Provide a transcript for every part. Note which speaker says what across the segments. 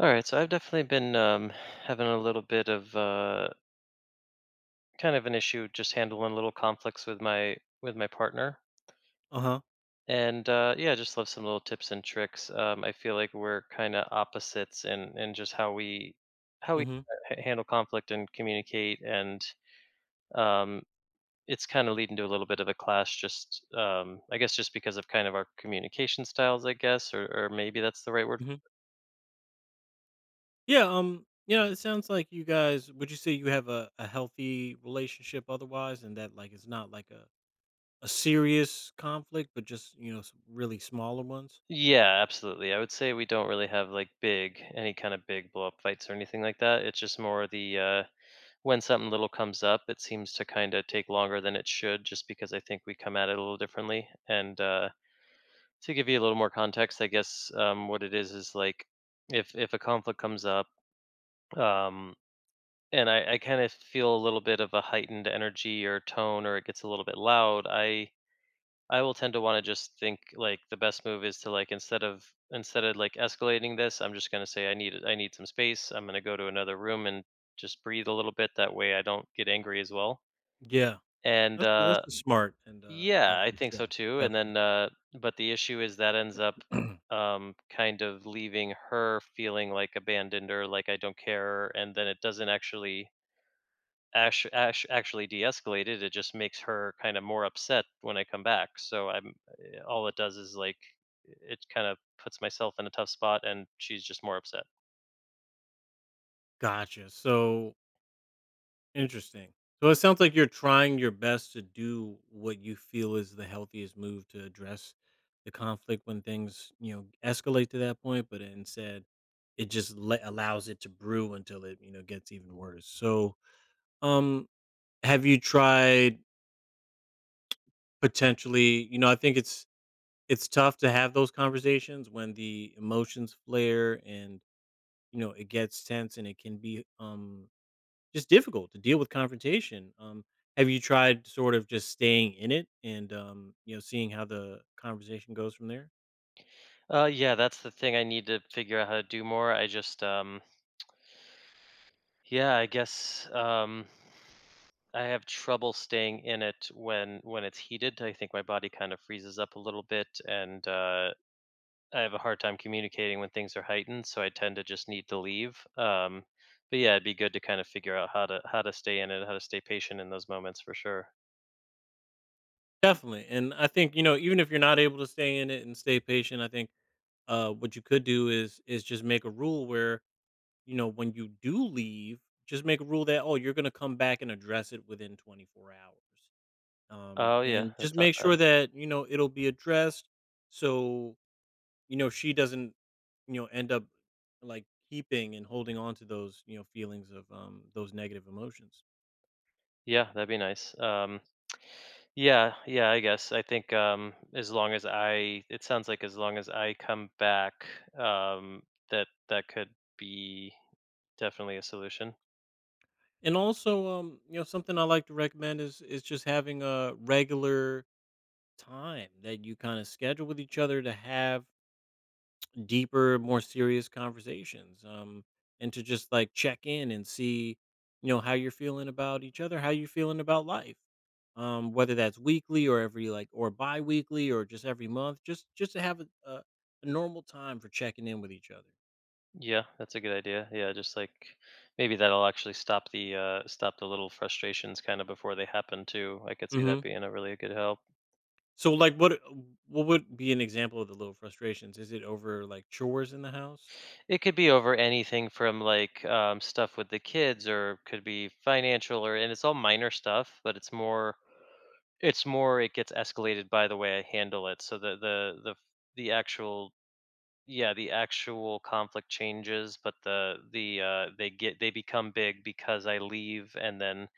Speaker 1: All right, so I've definitely been having a little bit of kind of an issue just handling little conflicts with my partner,
Speaker 2: Uh-huh.
Speaker 1: and yeah, I just love some little tips and tricks. I feel like we're kind of opposites in just how we how we
Speaker 2: Mhm.
Speaker 1: h- handle conflict and communicate, and um, it's kind of leading to a little bit of a clash. Just I guess just because of kind of our communication styles, I guess, or maybe that's the right word.
Speaker 2: Mhm. Yeah, it sounds like you guys would you say you have a healthy relationship otherwise and that like it's not like a serious conflict, but just, some really smaller ones?
Speaker 1: Yeah, absolutely. I would say we don't really have like big any kind of big blow up fights or anything like that. It's just more the when something little comes up, it seems to kind of take longer than it should just because I think we come at it a little differently. And to give you a little more context, I guess what it is like if a conflict comes up, um and I kind of feel a little bit of a heightened energy or tone, or it gets a little bit loud. I will tend to want to just think like the best move is to, like, instead of like escalating this, I'm just going to say I need some space. I'm going to go to another room and just breathe a little bit, that way I don't get angry as well.
Speaker 2: Yeah.
Speaker 1: And
Speaker 2: That's a smart and
Speaker 1: yeah, I
Speaker 2: healthy
Speaker 1: think so
Speaker 2: step,
Speaker 1: too. And
Speaker 2: definitely.
Speaker 1: then but the issue is that ends up kind of leaving her feeling like abandoned or like I don't care, and then it doesn't actually ash, ash actually de-escalated. It just makes her kind of more upset when I come back. So I'm, all it does is, like, it kind of puts myself in a tough spot, and she's just more upset.
Speaker 2: Gotcha. So. Interesting. So it sounds like you're trying your best to do what you feel is the healthiest move to address the conflict when things, escalate to that point, but instead it just allows it to brew until it, gets even worse. So, um have you tried potentially, I think it's tough to have those conversations when the emotions flare and, it gets tense and it can be just difficult to deal with confrontation. Have you tried sort of just staying in it and seeing how the conversation goes from there?
Speaker 1: Yeah, that's the thing I need to figure out how to do more. I just, yeah, I guess, I have trouble staying in it when it's heated. I think my body kind of freezes up a little bit, and I have a hard time communicating when things are heightened, so I tend to just need to leave. But yeah, it'd be good to kind of figure out how to stay in it, how to stay patient in those moments for sure.
Speaker 2: Definitely, and I think even if you're not able to stay in it and stay patient, I think what you could do is just make a rule where when you do leave, just make a rule that oh you're going to come back and address it within 24 hours,
Speaker 1: Oh yeah,
Speaker 2: and
Speaker 1: that's
Speaker 2: just
Speaker 1: not
Speaker 2: make sure
Speaker 1: bad.
Speaker 2: that it'll be addressed. So, she doesn't, end up like keeping and holding on to those, feelings of those negative emotions.
Speaker 1: Yeah, that'd be nice. Yeah, yeah, I guess I think, as long as it sounds like, as long as I come back, um, that could be definitely a solution.
Speaker 2: And also, something I like to recommend is just having a regular time that you kind of schedule with each other to have deeper, more serious conversations, and to just like check in and see, how you're feeling about each other, how you're feeling about life, whether that's weekly or every like or bi-weekly or just every month, just to have a normal time for checking in with each other.
Speaker 1: Yeah, that's a good idea. Yeah, just like maybe that'll actually stop the little frustrations kind of before they happen too. I could see that
Speaker 2: Hmm.
Speaker 1: being a really good help.
Speaker 2: So, like, what would be an example of the little frustrations? Is it over like chores in the house?
Speaker 1: It could be over anything from like stuff with the kids, or could be financial, or and it's all minor stuff, but it's more, it gets escalated by the way I handle it. So the actual, yeah, the actual conflict changes, but they become big because I leave, and then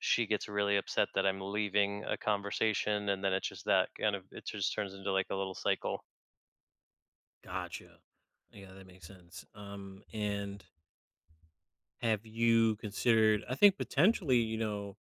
Speaker 1: she gets really upset that I'm leaving a conversation, and then it's just that kind of, it just turns into like a little cycle.
Speaker 2: Gotcha. Yeah, that makes sense. And have you considered? I think potentially,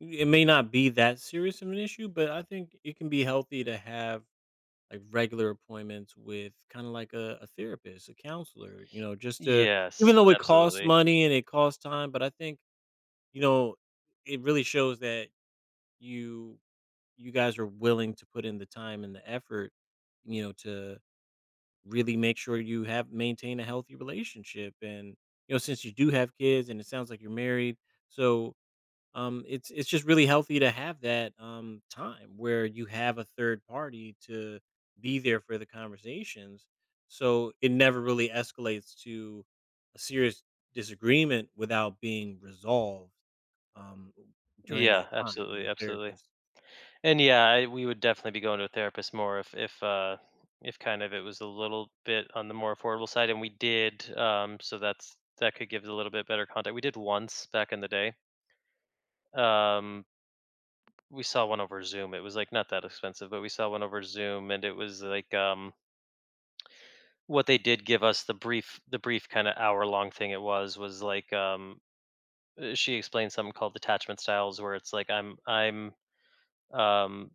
Speaker 2: it may not be that serious of an issue, but I think it can be healthy to have like regular appointments with kind of like a therapist, a counselor,
Speaker 1: Yes,
Speaker 2: even though it costs
Speaker 1: absolutely.
Speaker 2: money and it costs time, but I think, you know, it really shows that you, you guys are willing to put in the time and the effort, to really make sure you have maintain a healthy relationship. And, since you do have kids and it sounds like you're married, so it's just really healthy to have that time where you have a third party to be there for the conversations, so it never really escalates to a serious disagreement without being resolved um, during
Speaker 1: Yeah,
Speaker 2: that time with
Speaker 1: absolutely,
Speaker 2: a
Speaker 1: absolutely.
Speaker 2: therapist.
Speaker 1: And yeah, we would definitely be going to a therapist more if kind of it was a little bit on the more affordable side, and we did. So that could give us a little bit better contact. We did once back in the day. Um, we saw one over Zoom. It was like not that expensive, but we saw one over Zoom, and it was like, what they did give us, the brief kinda hour-long thing it was like, she explained something called detachment styles where it's like, um,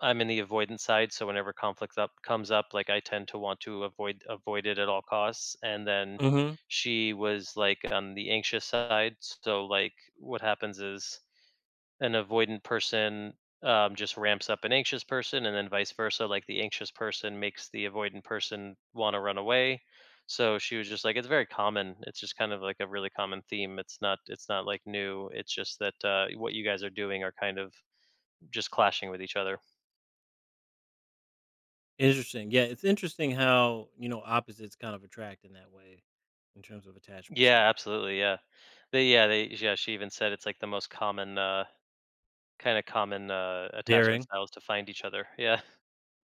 Speaker 1: I'm in the avoidance side, so whenever conflict up comes up, like, I tend to want to avoid it at all costs, and then
Speaker 2: Hmm.
Speaker 1: she was, like, on the anxious side, so, like, what happens is an avoidant person, just ramps up an anxious person, and then vice versa. Like, the anxious person makes the avoidant person want to run away. So she was just like, it's very common. It's just kind of like a really common theme. It's not. It's not like new. It's just that, what you guys are doing are kind of just clashing with each other.
Speaker 2: Interesting. Yeah, it's interesting how opposites kind of attract in that way, in terms of attachment
Speaker 1: Yeah,
Speaker 2: style.
Speaker 1: absolutely. Yeah, they. Yeah, they. Yeah, she even said it's like the most common. Kind of common, attachment
Speaker 2: Pairing.
Speaker 1: styles to find each other. Yeah,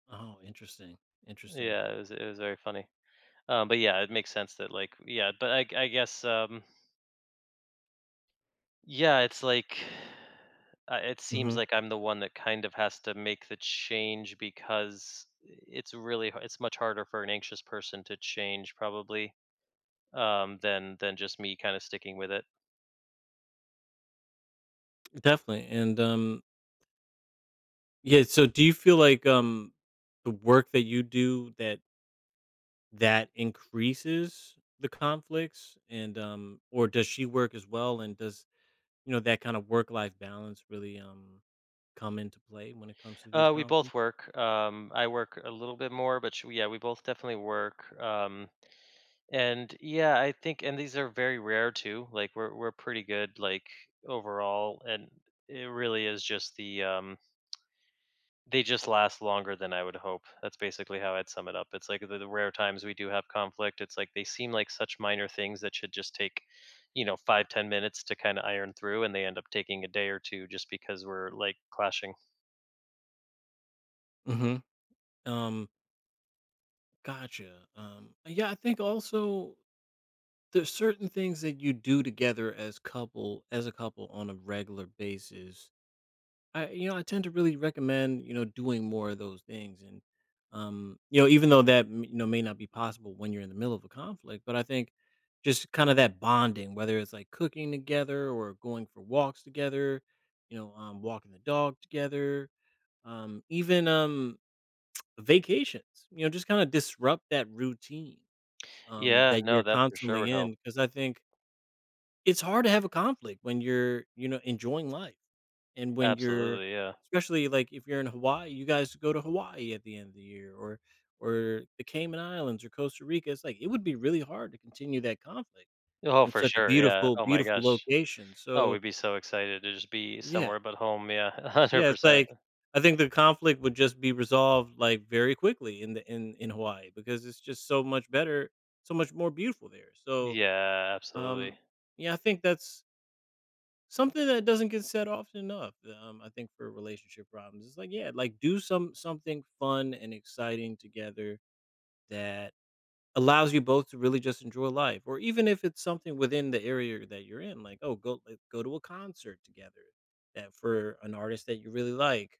Speaker 2: Oh, interesting. Interesting.
Speaker 1: yeah. It was very funny. But yeah, it makes sense that, like, yeah, but I guess yeah, it's like, it seems
Speaker 2: Hmm.
Speaker 1: like I'm the one that kind of has to make the change because it's much harder for an anxious person to change, probably, than just me kind of sticking with it.
Speaker 2: Definitely. And yeah, so do you feel like, the work that you do that increases the conflicts and, or does she work as well, and does, that kind of work-life balance really, come into play when it comes to these
Speaker 1: We both
Speaker 2: conflicts?
Speaker 1: work. I work a little bit more, but yeah, we both definitely work. And yeah, I think, and these are very rare too. Like, we're pretty good, like, overall, and it really is just they just last longer than I would hope. That's basically how I'd sum it up. It's like the rare times we do have conflict, it's like they seem like such minor things that should just take, you know, 5, 10 minutes to kind of iron through, and they end up taking a day or two just because we're, like, clashing.
Speaker 2: Mhm. Um, gotcha, yeah, I think also there's certain things that you do together as a couple on a regular basis. I tend to really recommend, doing more of those things and even though that may not be possible when you're in the middle of a conflict, but I think just kind of that bonding, whether it's like cooking together or going for walks together, walking the dog together, even vacations, just kind of disrupt that routine
Speaker 1: Yeah,
Speaker 2: that
Speaker 1: no,
Speaker 2: you're
Speaker 1: that for sure
Speaker 2: constantly
Speaker 1: would
Speaker 2: in.
Speaker 1: help.
Speaker 2: Because I think it's hard to have a conflict when you're, enjoying life and when you're
Speaker 1: Absolutely, yeah.
Speaker 2: especially, like, if you're in Hawaii, you guys go to Hawaii at the end of the year or the Cayman Islands or Costa Rica, it's like, it would be really hard to continue that conflict
Speaker 1: Oh,
Speaker 2: in
Speaker 1: for
Speaker 2: such a
Speaker 1: sure, yeah.
Speaker 2: beautiful,
Speaker 1: Oh my
Speaker 2: beautiful
Speaker 1: gosh.
Speaker 2: location,
Speaker 1: Oh,
Speaker 2: so
Speaker 1: we'd be so excited to just be
Speaker 2: yeah.
Speaker 1: somewhere but home. Yeah,
Speaker 2: Yeah, it's
Speaker 1: 100%.
Speaker 2: like, I think the conflict would just be resolved, like, very quickly in the in Hawaii because it's just so much better, so much more beautiful there, so,
Speaker 1: Yeah, absolutely.
Speaker 2: um, yeah, I think that's something that doesn't get said often enough, I think for relationship problems. It's like, yeah, like do something fun and exciting together that allows you both to really just enjoy life. Or even if it's something within the area that you're in, like, oh, go to a concert together that for an artist that you really like,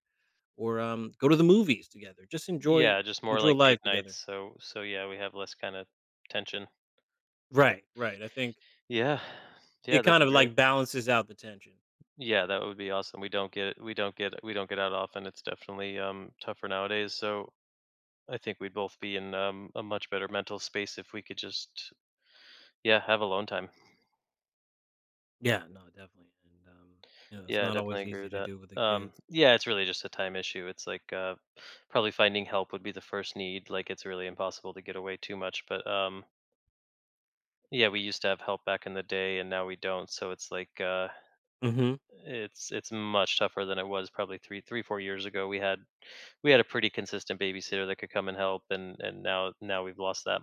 Speaker 2: or go to the movies together. Just enjoy
Speaker 1: Yeah, just more
Speaker 2: enjoy
Speaker 1: like
Speaker 2: life
Speaker 1: date nights.
Speaker 2: together.
Speaker 1: So yeah, we have less kind of tension.
Speaker 2: Right, right. I think
Speaker 1: Yeah,
Speaker 2: it
Speaker 1: yeah, that'd
Speaker 2: kind
Speaker 1: be
Speaker 2: of
Speaker 1: great.
Speaker 2: like balances out the tension.
Speaker 1: Yeah, that would be awesome. We don't get we don't get we don't get out often. It's definitely tougher nowadays. So I think we'd both be in, a much better mental space if we could just, yeah, have alone time.
Speaker 2: Yeah, no, definitely. And it's
Speaker 1: Yeah, I
Speaker 2: not
Speaker 1: definitely
Speaker 2: always
Speaker 1: agree
Speaker 2: easy
Speaker 1: with
Speaker 2: to
Speaker 1: that.
Speaker 2: do with the kids.
Speaker 1: Yeah, it's really just a time issue. It's like, probably finding help would be the first need. Like, it's really impossible to get away too much. But, yeah, we used to have help back in the day, and now we don't. So it's like,
Speaker 2: Mhm.
Speaker 1: it's much tougher than it was probably three four years ago. We had a pretty consistent babysitter that could come and help, and now we've lost that.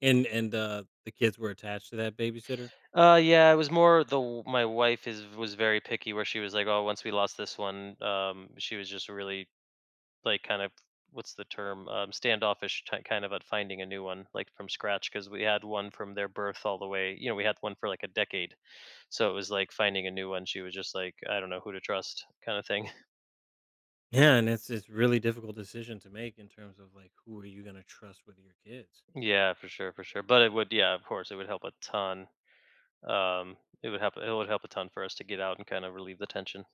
Speaker 2: And, the kids were attached to that babysitter?
Speaker 1: Yeah, it was more my wife is was very picky, where she was like, oh, once we lost this one, she was just really, like, kind of, what's the term, standoffish, kind of at finding a new one, like, from scratch, because we had one from their birth all the way, you know, we had one for like a decade. So it was like finding a new one, she was just like, I don't know who to trust kind of thing.
Speaker 2: Yeah, and it's really difficult decision to make in terms of, like, who are you gonna trust with your kids.
Speaker 1: Yeah, for sure, for sure, but it would, yeah, of course it would help a ton. um it would help a ton for us to get out and kind of relieve the tension.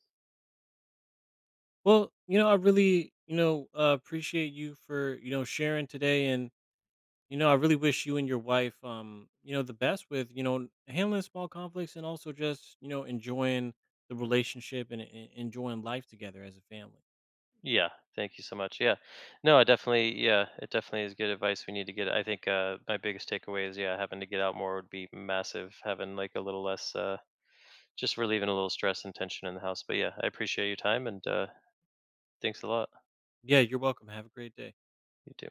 Speaker 2: Well, I really, appreciate you for, sharing today, and, I really wish you and your wife, the best with, handling small conflicts and also just, enjoying the relationship and en enjoying life together as a family.
Speaker 1: Yeah, thank you so much. Yeah, no, I definitely, yeah, it definitely is good advice. We need to get, I think, my biggest takeaway is, yeah, having to get out more would be massive, having like a little less, just relieving a little stress and tension in the house. But yeah, I appreciate your time, and thanks a lot.
Speaker 2: Yeah, you're welcome. Have a great day.
Speaker 1: You too.